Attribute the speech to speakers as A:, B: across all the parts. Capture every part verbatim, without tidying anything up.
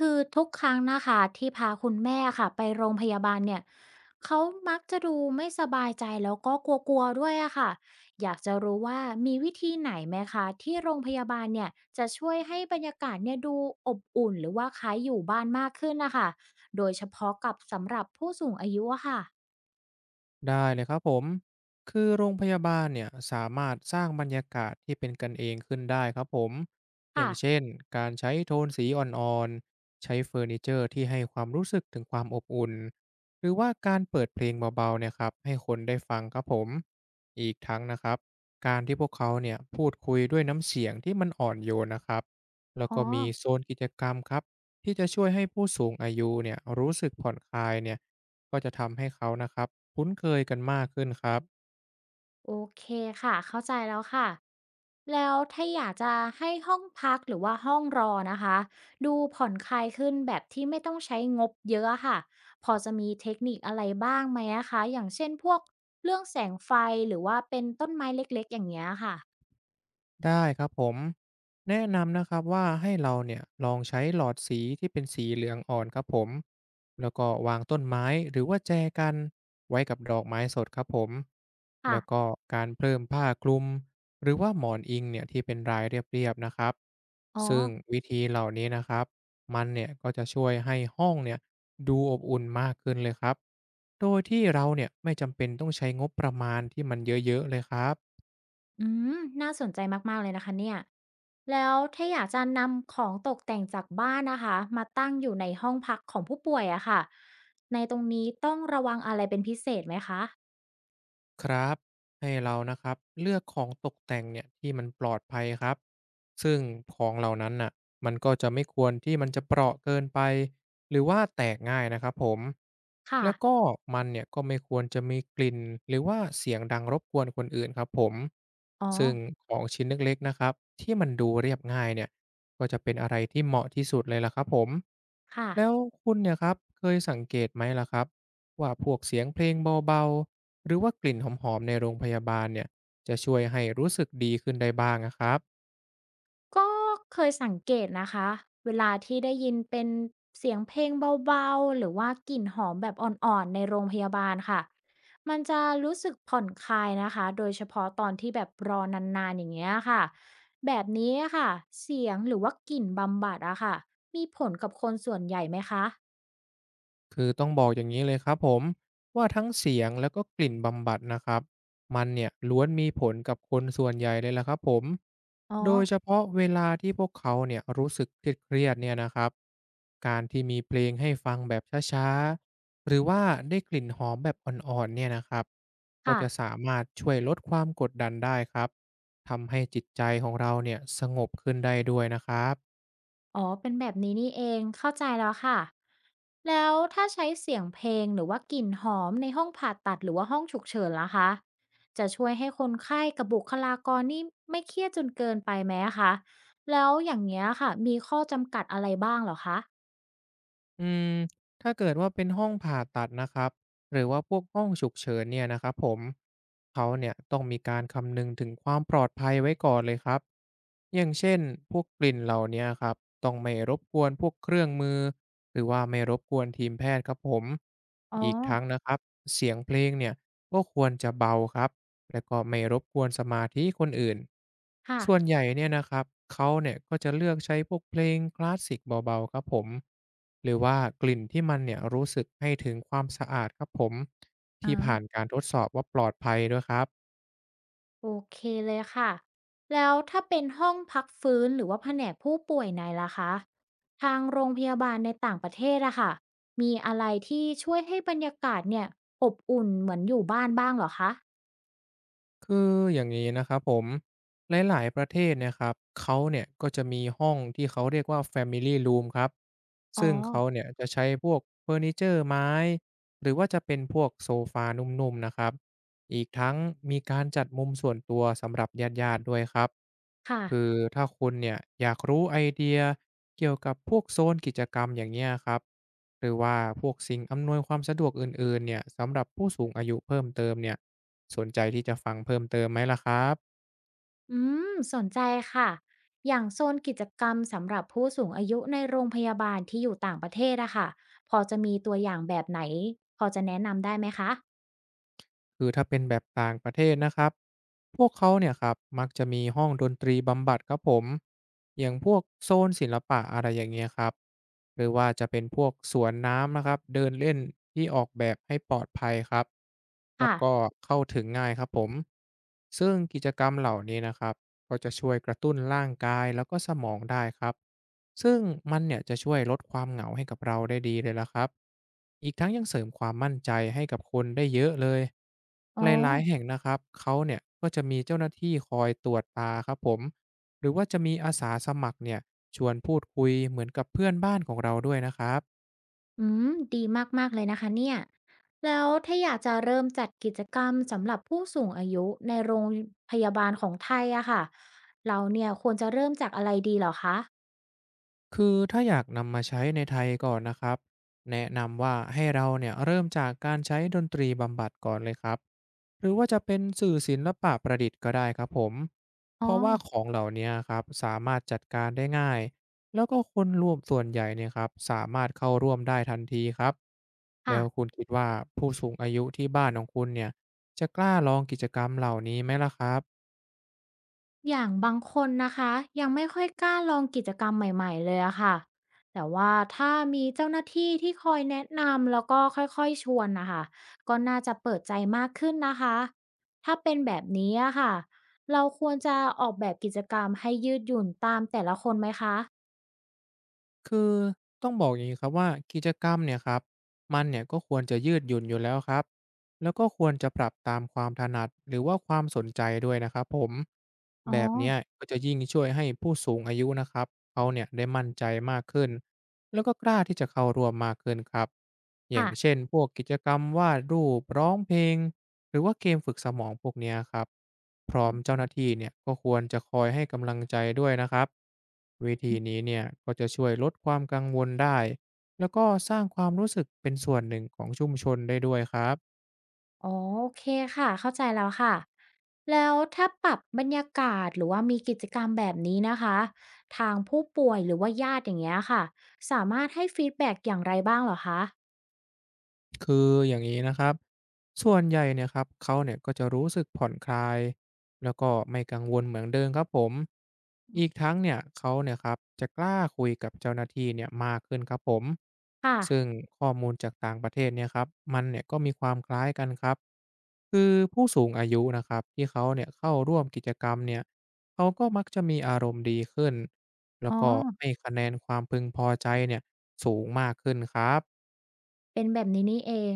A: คือทุกครั้งนะคะที่พาคุณแม่ค่ะไปโรงพยาบาลเนี่ยเขามักจะดูไม่สบายใจแล้วก็กลัวๆด้วยอะค่ะอยากจะรู้ว่ามีวิธีไหนไหมคะที่โรงพยาบาลเนี่ยจะช่วยให้บรรยากาศเนี่ยดูอบอุ่นหรือว่าคล้ายอยู่บ้านมากขึ้นนะคะโดยเฉพาะกับสำหรับผู้สูงอายุอะค่ะ
B: ได้เลยครับผมคือโรงพยาบาลเนี่ยสามารถสร้างบรรยากาศที่เป็นกันเองขึ้นได้ครับผมอย่า
A: ค่ะ
B: งเช่นการใช้โทนสีอ่อนๆใช้เฟอร์นิเจอร์ที่ให้ความรู้สึกถึงความอบอุ่นหรือว่าการเปิดเพลงเบาๆเนี่ยครับให้คนได้ฟังครับผมอีกทั้งนะครับการที่พวกเขาเนี่ยพูดคุยด้วยน้ำเสียงที่มันอ่อนโยนนะครับแล้ว
A: อ๋อ
B: ก็มีโซนกิจกรรมครับที่จะช่วยให้ผู้สูงอายุเนี่ยรู้สึกผ่อนคลายเนี่ย ก็จะทำให้เขานะครับคุ้นเคยกันมากขึ้นครับ
A: โอเคค่ะเข้าใจแล้วค่ะแล้วถ้าอยากจะให้ห้องพักหรือว่าห้องรอนะคะดูผ่อนคลายขึ้นแบบที่ไม่ต้องใช้งบเยอะอะค่ะพอจะมีเทคนิคอะไรบ้างไหมอะคะอย่างเช่นพวกเรื่องแสงไฟหรือว่าเป็นต้นไม้เล็กๆอย่างเงี้ยค่ะ
B: ได้ครับผมแนะนำนะครับว่าให้เราเนี่ยลองใช้หลอดสีที่เป็นสีเหลืองอ่อนครับผมแล้วก็วางต้นไม้หรือว่าแจกันไว้กับดอกไม้สดครับผมแล้วก็
A: ค่ะ
B: การเพิ่มผ้าคลุมหรือว่าหมอนอิงเนี่ยที่เป็นรายเรียบๆนะครับ
A: อ๋อ
B: ซึ่งวิธีเหล่านี้นะครับมันเนี่ยก็จะช่วยให้ห้องเนี่ยดูอบอุ่นมากขึ้นเลยครับโดยที่เราเนี่ยไม่จำเป็นต้องใช้งบประมาณที่มันเยอะๆเลยครับ
A: อืมน่าสนใจมากๆเลยนะคะเนี่ยแล้วถ้าอยากจะนำของตกแต่งจากบ้านนะคะมาตั้งอยู่ในห้องพักของผู้ป่วยอะค่ะในตรงนี้ต้องระวังอะไรเป็นพิเศษไหมคะ
B: ครับให้เรานะครับเลือกของตกแต่งเนี่ยที่มันปลอดภัยครับซึ่งของเหล่านั้นน่ะมันก็จะไม่ควรที่มันจะเปราะเกินไปหรือว่าแตกง่ายนะครับผม
A: ค่ะ
B: แล้วก็มันเนี่ยก็ไม่ควรจะมีกลิ่นหรือว่าเสียงดังรบกวนคนอื่นครับผม
A: อ๋อ
B: ซึ่งของชิ้นเล็กๆนะครับที่มันดูเรียบง่ายเนี่ยก็จะเป็นอะไรที่เหมาะที่สุดเลยล่ะครับผม
A: ค่ะ
B: แล้วคุณเนี่ยครับเคยสังเกตไหมล่ะครับ ว่าพวกเสียงเพลงเบาๆ หรือว่ากลิ่นหอมๆ ในโรงพยาบาลเนี่ยจะช่วยให้รู้สึกดีขึ้นได้บ้างนะครับ
A: ก็เคยสังเกตนะคะ เวลาที่ได้ยินเป็นเสียงเพลงเบาๆ หรือว่ากลิ่นหอมแบบอ่อนๆ ในโรงพยาบาลค่ะ มันจะรู้สึกผ่อนคลายนะคะ โดยเฉพาะตอนที่แบบรอนานๆ อย่างเงี้ยค่ะ แบบนี้ค่ะ เสียงหรือว่ากลิ่นบำบัดอะค่ะมีผลกับคนส่วนใหญ่ไหมคะ
B: คือต้องบอกอย่างนี้เลยครับผมว่าทั้งเสียงแล้วก็กลิ่นบำบัดนะครับมันเนี่ยล้วนมีผลกับคนส่วนใหญ่เลยละครับผม
A: อ๋อ
B: โดยเฉพาะเวลาที่พวกเขาเนี่ยรู้สึกเครียดๆเนี่ยนะครับการที่มีเพลงให้ฟังแบบช้าๆหรือว่าได้กลิ่นหอมแบบอ่อนๆเนี่ยนะครับก็
A: ค่ะ
B: จะสามารถช่วยลดความกดดันได้ครับทำให้จิตใจของเราเนี่ยสงบขึ้นได้ด้วยนะครับ
A: อ๋อเป็นแบบนี้นี่เองเข้าใจแล้วค่ะ แล้วถ้าใช้เสียงเพลงหรือว่ากลิ่นหอมในห้องผ่าตัดหรือว่าห้องฉุกเฉินล่ะคะ จะช่วยให้คนไข้กับบุคลากรนี่ไม่เครียดจนเกินไปไหมอะคะ แล้วอย่างเงี้ยค่ะมีข้อจำกัดอะไรบ้างเหรอคะ
B: อืมถ้าเกิดว่าเป็นห้องผ่าตัดนะครับหรือว่าพวกห้องฉุกเฉินเนี่ยนะครับผมเขาเนี่ยต้องมีการคำนึงถึงความปลอดภัยไว้ก่อนเลยครับ อย่างเช่นพวกกลิ่นเหล่านี้ครับต้องไม่รบกวนพวกเครื่องมือหรือว่าไม่รบกวนทีมแพทย์ครับผม
A: อ๋อ
B: อีกทั้งนะครับเสียงเพลงเนี่ย ก็ควรจะเบาครับและก็ไม่รบกวนสมาธิคนอื่น
A: ค่ะ
B: ส่วนใหญ่เนี่ยนะครับ เขาเนี่ยก็จะเลือกใช้พวกเพลงคลาสสิกเบาๆครับผม หรือว่ากลิ่นที่มันเนี่ยรู้สึกให้ถึงความสะอาดครับผม ที่
A: อา
B: ผ่านการทดสอบว่าปลอดภัยด้วยครับ
A: โอเคเลยค่ะแล้วถ้าเป็นห้องพักฟื้นหรือว่าแผนกผู้ป่วยในล่ะคะทางโรงพยาบาลในต่างประเทศอะค่ะมีอะไรที่ช่วยให้บรรยากาศเนี่ยอบอุ่นเหมือนอยู่บ้านบ้างเหรอคะ
B: คืออย่างนี้นะครับผมหลายๆประเทศเนี่ยครับเขาเนี่ยก็จะมีห้องที่เขาเรียกว่า แฟมิลี รูม ครับ
A: อ๋อ
B: ซึ่งเขาเนี่ยจะใช้พวกเฟอร์นิเจอร์ไม้หรือว่าจะเป็นพวกโซฟานุ่มๆนะครับอีกทั้งมีการจัดมุมส่วนตัวสำหรับญาติๆด้วยครับ
A: ค่ะ
B: คือถ้าคุณเนี่ยอยากรู้ไอเดียเกี่ยวกับพวกโซนกิจกรรมอย่างเงี้ยครับ หรือว่าพวกสิ่งอำนวยความสะดวกอื่นๆเนี่ยสำหรับผู้สูงอายุเพิ่มเติมเนี่ยสนใจที่จะฟังเพิ่มเติมไหมล่ะครับ
A: อืมสนใจค่ะอย่างโซนกิจกรรมสำหรับผู้สูงอายุในโรงพยาบาลที่อยู่ต่างประเทศอะค่ะพอจะมีตัวอย่างแบบไหนพอจะแนะนำได้ไหมคะ
B: คือถ้าเป็นแบบต่างประเทศนะครับพวกเขาเนี่ยครับมักจะมีห้องดนตรีบำบัดครับผมอย่างพวกโซนศิลปะอะไรอย่างเงี้ยครับหรือว่าจะเป็นพวกสวนน้ำนะครับเดินเล่นที่ออกแบบให้ปลอดภัยครับแล้ว
A: ค่ะ
B: ก็เข้าถึงง่ายครับผมซึ่งกิจกรรมเหล่านี้นะครับ ก็จะช่วยกระตุ้นร่างกายแล้วก็สมองได้ครับซึ่งมันเนี่ยจะช่วยลดความเหงาให้กับเราได้ดีเลยละครับอีกทั้งยังเสริมความมั่นใจให้กับคนได้เยอะเลย
A: อ๋อ
B: หลายๆแห่งนะครับเขาเนี่ยก็จะมีเจ้าหน้าที่คอยตรวจตาครับผมหรือว่าจะมีอาสาสมัครเนี่ยชวนพูดคุยเหมือนกับเพื่อนบ้านของเราด้วยนะครับ
A: อืมดีมากๆเลยนะคะเนี่ยแล้วถ้าอยากจะเริ่มจัดกิจกรรมสำหรับผู้สูงอายุในโรงพยาบาลของไทยอะค่ะเราเนี่ยควรจะเริ่มจากอะไรดีเหรอคะ
B: คือถ้าอยากนำมาใช้ในไทยก่อนนะครับแนะนำว่าให้เราเนี่ยเริ่มจากการใช้ดนตรีบำบัดก่อนเลยครับหรือว่าจะเป็นสื่อศิลปะประดิษฐ์ก็ได้ครับผมเพ
A: อ๋อ
B: ราะว่าของเหล่านี้ครับสามารถจัดการได้ง่ายแล้วก็คนรวมส่วนใหญ่เนี่ยครับสามารถเข้าร่วมได้ทันทีครับแล้ว
A: ค่ะ
B: คุณคิดว่าผู้สูงอายุที่บ้านของคุณเนี่ยจะกล้าลองกิจกรรมเหล่านี้ไหมล่ะครับ
A: อย่างบางคนนะคะยังไม่ค่อยกล้าลองกิจกรรมใหม่ๆเลยอะค่ะแต่ว่าถ้ามีเจ้าหน้าที่ที่คอยแนะนำแล้วก็ค่อยๆชวนนะคะก็น่าจะเปิดใจมากขึ้นนะคะถ้าเป็นแบบนี้อะค่ะเราควรจะออกแบบกิจกรรมให้ยืดหยุ่นตามแต่ละคนไหมคะ
B: คือต้องบอกอย่างนี้ครับว่ากิจกรรมเนี่ยครับมันเนี่ยก็ควรจะยืดหยุ่นอยู่แล้วครับแล้วก็ควรจะปรับตามความถนัดหรือว่าความสนใจด้วยนะครับผม
A: อ๋อ
B: แบบเนี้ยก็จะยิ่งช่วยให้ผู้สูงอายุนะครับเขาเนี่ยได้มั่นใจมากขึ้นแล้วก็กล้าที่จะเข้าร่วมมากขึ้นครับอย่าง
A: ค่ะ
B: เช่นพวกกิจกรรมวาดรูปร้องเพลง หรือว่าเกมฝึกสมองพวกเนี้ยครับพร้อมเจ้าหน้าที่เนี่ยก็ควรจะคอยให้กำลังใจด้วยนะครับวิธีนี้เนี่ยก็จะช่วยลดความกังวลได้แล้วก็สร้างความรู้สึกเป็นส่วนหนึ่งของชุมชนได้ด้วยครับ
A: อ๋อโอเคค่ะเข้าใจแล้วค่ะแล้วถ้าปรับบรรยากาศหรือว่ามีกิจกรรมแบบนี้นะคะทางผู้ป่วยหรือว่าญาติอย่างเงี้ยค่ะสามารถให้ฟีดแบ็กอย่างไรบ้างเหรอคะ
B: คืออย่างนี้นะครับส่วนใหญ่เนี่ยครับเขาเนี่ยก็จะรู้สึกผ่อนคลายแล้วก็ไม่กังวลเหมือนเดิมครับผมอีกทั้งเนี่ยเขาเนี่ยครับจะกล้าคุยกับเจ้าหน้าที่เนี่ยมากขึ้นครับผม
A: ค่ะ
B: ซึ่งข้อมูลจากต่างประเทศเนี่ยครับมันเนี่ยก็มีความคล้ายกันครับคือผู้สูงอายุนะครับที่เขาเนี่ยเข้าร่วมกิจกรรมเนี่ยเขาก็มักจะมีอารมณ์ดีขึ้นแล้
A: อ๋
B: ว
A: อ
B: ก็ให้คะแนนความพึงพอใจเนี่ยสูงมากขึ้นครับ
A: เป็นแบบนี้นี่เอง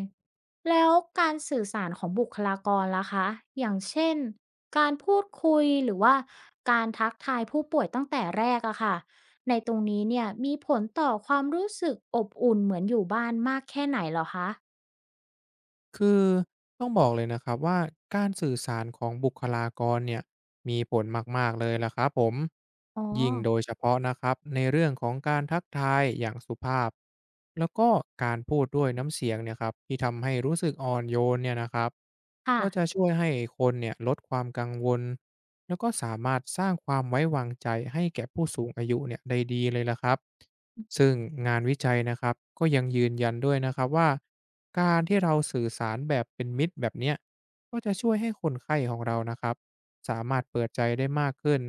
A: แล้วการสื่อสารของบุคลากรล่ะคะอย่างเช่นการพูดคุยหรือว่าการทักทายผู้ป่วยตั้งแต่แรกอะค่ะในตรงนี้เนี่ยมีผลต่อความรู้สึกอบอุ่นเหมือนอยู่บ้านมากแค่ไหนเหรอคะ
B: คือต้องบอกเลยนะครับว่าการสื่อสารของบุคลากรเนี่ยมีผลมากๆเลยล่ะครับผม
A: อ๋อ
B: ยิ่งโดยเฉพาะนะครับในเรื่องของการทักทายอย่างสุภาพแล้วก็การพูดด้วยน้ำเสียงเนี่ยครับที่ทำให้รู้สึกอ่อนโยนเนี่ยนะครับ
A: ค่ะ
B: ก็จะช่วยให้คนเนี่ยลดความกังวล แล้วก็สามารถสร้างความไว้วางใจให้แก่ผู้สูงอายุเนี่ยได้ดีเลยล่ะครับซึ่งงานวิจัยนะครับก็ยังยืนยันด้วยนะครับว่าการที่เราสื่อสารแบบเป็นมิตรแบบเนี้ยก็จะช่วยให้คนไข้ของเรานะครับสามารถเปิดใจได้มากขึ้น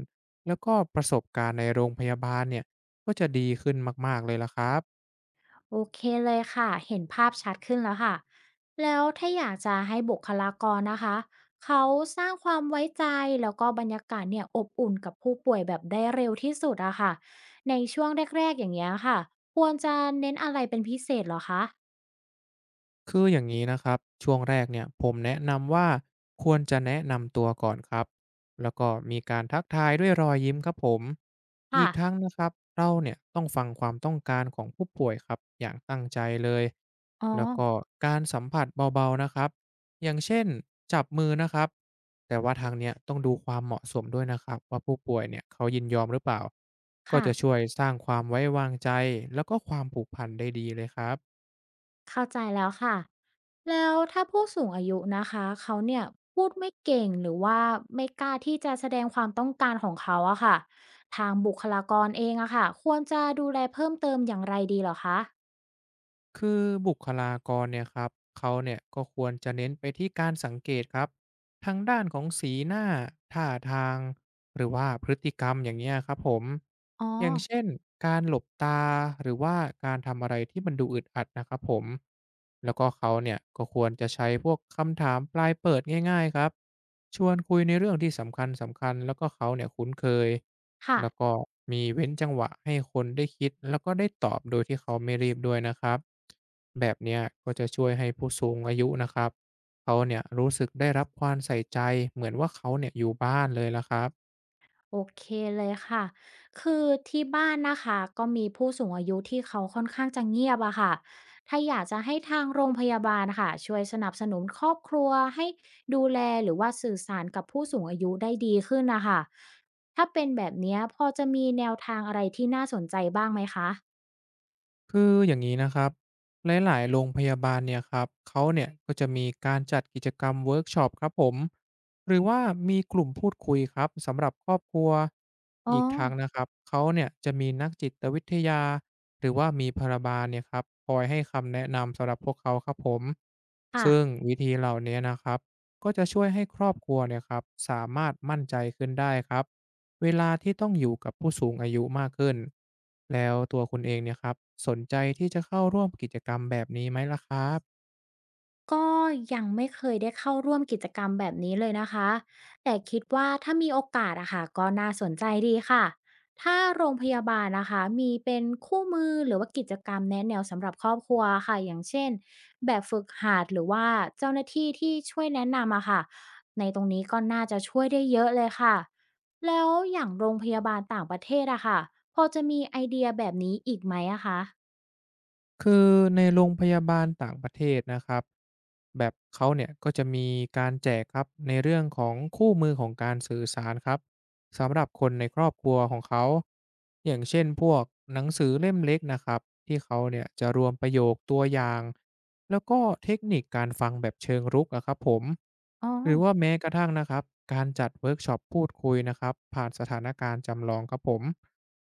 B: แล้วก็ประสบการณ์ในโรงพยาบาลเนี่ยก็จะดีขึ้นมากๆเลยล่ะครับ
A: โอเคเลยค่ะเห็นภาพชัดขึ้นแล้วค่ะแล้วถ้าอยากจะให้บุคลากรนะคะเขาสร้างความไว้ใจแล้วก็บรรยากาศเนี่ยอบอุ่นกับผู้ป่วยแบบได้เร็วที่สุดอะค่ะในช่วงแรกๆอย่างเงี้ยค่ะควรจะเน้นอะไรเป็นพิเศษเหรอคะ
B: คืออย่างนี้นะครับช่วงแรกเนี่ยผมแนะนำว่าควรจะแนะนำตัวก่อนครับแล้วก็มีการทักทายด้วยรอยยิ้มครับผมอี
A: ค่ะ
B: กทั้งนะครับเราเนี่ยต้องฟังความต้องการของผู้ป่วยครับอย่างตั้งใจเลย
A: อ๋อ
B: แล้วก็การสัมผัสเบาๆนะครับอย่างเช่นจับมือนะครับแต่ว่าทางเนี้ยต้องดูความเหมาะสมด้วยนะครับว่าผู้ป่วยเนี่ยเขายินยอมหรือเปล่าก็จะ
A: ค่ะ
B: ช่วยสร้างความไว้วางใจแล้วก็ความผูกพันได้ดีเลยครับ
A: เข้าใจแล้วค่ะ แล้วถ้าผู้สูงอายุนะคะเขาเนี่ยพูดไม่เก่งหรือว่าไม่กล้าที่จะแสดงความต้องการของเขาอะค่ะทางบุคลากรเองอะค่ะควรจะดูแลเพิ่มเติมอย่างไรดีเหรอคะ
B: คือบุคลากรเนี่ยครับเขาเนี่ยก็ควรจะเน้นไปที่การสังเกตครับทางด้านของสีหน้าท่าทาง หรือว่าพฤติกรรมอย่างเงี้ยครับผม
A: อ๋อ
B: อย่างเช่นการหลบตาหรือว่าการทำอะไรที่มันดูอึดอัดนะครับผมแล้วก็เขาเนี่ยก็ควรจะใช้พวกคำถามปลายเปิดง่ายๆครับชวนคุยในเรื่องที่สำคัญสำคัญแล้วก็เขาเนี่ยคุ้นเคย
A: ค่ะ
B: แล้วก็มีเว้นจังหวะให้คนได้คิดแล้วก็ได้ตอบโดยที่เขาไม่รีบด้วยนะครับแบบเนี้ยก็จะช่วยให้ผู้สูงอายุนะครับเขาเนี่ยรู้สึกได้รับความใส่ใจเหมือนว่าเขาเนี่ยอยู่บ้านเลยละครับ
A: โอเคเลยค่ะคือที่บ้านนะคะก็มีผู้สูงอายุที่เขาค่อนข้างจะเงียบอะค่ะถ้าอยากจะให้ทางโรงพยาบาลค่ะช่วยสนับสนุนครอบครัวให้ดูแลหรือว่าสื่อสารกับผู้สูงอายุได้ดีขึ้นนะคะถ้าเป็นแบบเนี้ยพอจะมีแนวทางอะไรที่น่าสนใจบ้างไหมคะ
B: คืออย่างนี้นะครับหลายๆโรงพยาบาลเนี่ยครับเขาเนี่ยก็จะมีการจัดกิจกรรมเวิร์กช็อปครับผมหรือว่ามีกลุ่มพูดคุยครับสำหรับครอบครัว
A: อ๋อ
B: อีกทางนะครับเขาเนี่ยจะมีนักจิตวิทยาหรือว่ามีพยาบาลเนี่ยครับคอยให้คำแนะนำสำหรับพวกเขาครับผม
A: ค่ะ
B: ซึ่งวิธีเหล่านี้นะครับก็จะช่วยให้ครอบครัวเนี่ยครับสามารถมั่นใจขึ้นได้ครับ เวลาที่ต้องอยู่กับผู้สูงอายุมากขึ้นแล้วตัวคุณเองเนี่ยครับสนใจที่จะเข้าร่วมกิจกรรมแบบนี้ไหมล่ะครับ
A: ก็ยังไม่เคยได้เข้าร่วมกิจกรรมแบบนี้เลยนะคะแต่คิดว่าถ้ามีโอกาสอะค่ะก็น่าสนใจดีค่ะถ้าโรงพยาบาลนะคะมีเป็นคู่มือหรือว่ากิจกรรมแนะแนวสำหรับครอบครัวค่ะอย่างเช่นแบบฝึกหัดหรือว่าเจ้าหน้าที่ที่ช่วยแนะนำอะค่ะในตรงนี้ก็น่าจะช่วยได้เยอะเลยค่ะแล้วอย่างโรงพยาบาลต่างประเทศอะค่ะพอจะมีไอเดียแบบนี้อีกไหมอะคะ
B: คือในโรงพยาบาลต่างประเทศนะครับแบบเขาเนี่ยก็จะมีการแจกครับในเรื่องของคู่มือของการสื่อสารครับสำหรับคนในครอบครัวของเขาอย่างเช่นพวกหนังสือเล่มเล็กนะครับที่เขาเนี่ยจะรวมประโยคตัวอย่างแล้วก็เทคนิคการฟังแบบเชิงรุกอะครับผม
A: อ๋อ
B: หรือว่าแม้กระทั่งนะครับการจัดเวิร์กช็อปพูดคุยนะครับผ่านสถานการณ์จำลองครับผม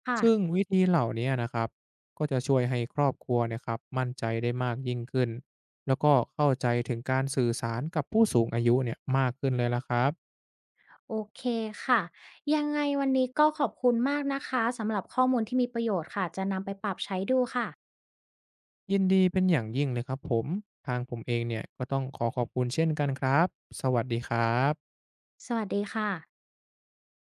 A: ค่ะ
B: ซึ่งวิธีเหล่านี้นะครับ ก็จะช่วยให้ครอบครัวเนี่ยครับมั่นใจได้มากยิ่งขึ้นแล้วก็เข้าใจถึงการสื่อสารกับผู้สูงอายุเนี่ยมากขึ้นเลยละครับ
A: โอเคค่ะยังไงวันนี้ก็ขอบคุณมากนะคะสำหรับข้อมูลที่มีประโยชน์ค่ะจะนำไปปรับใช้ดูค่ะ
B: ยินดีเป็นอย่างยิ่งเลยครับผมทางผมเองเนี่ยก็ต้องขอขอบคุณเช่นกันครับสวัสดีครับ
A: สวัสดีค่ะ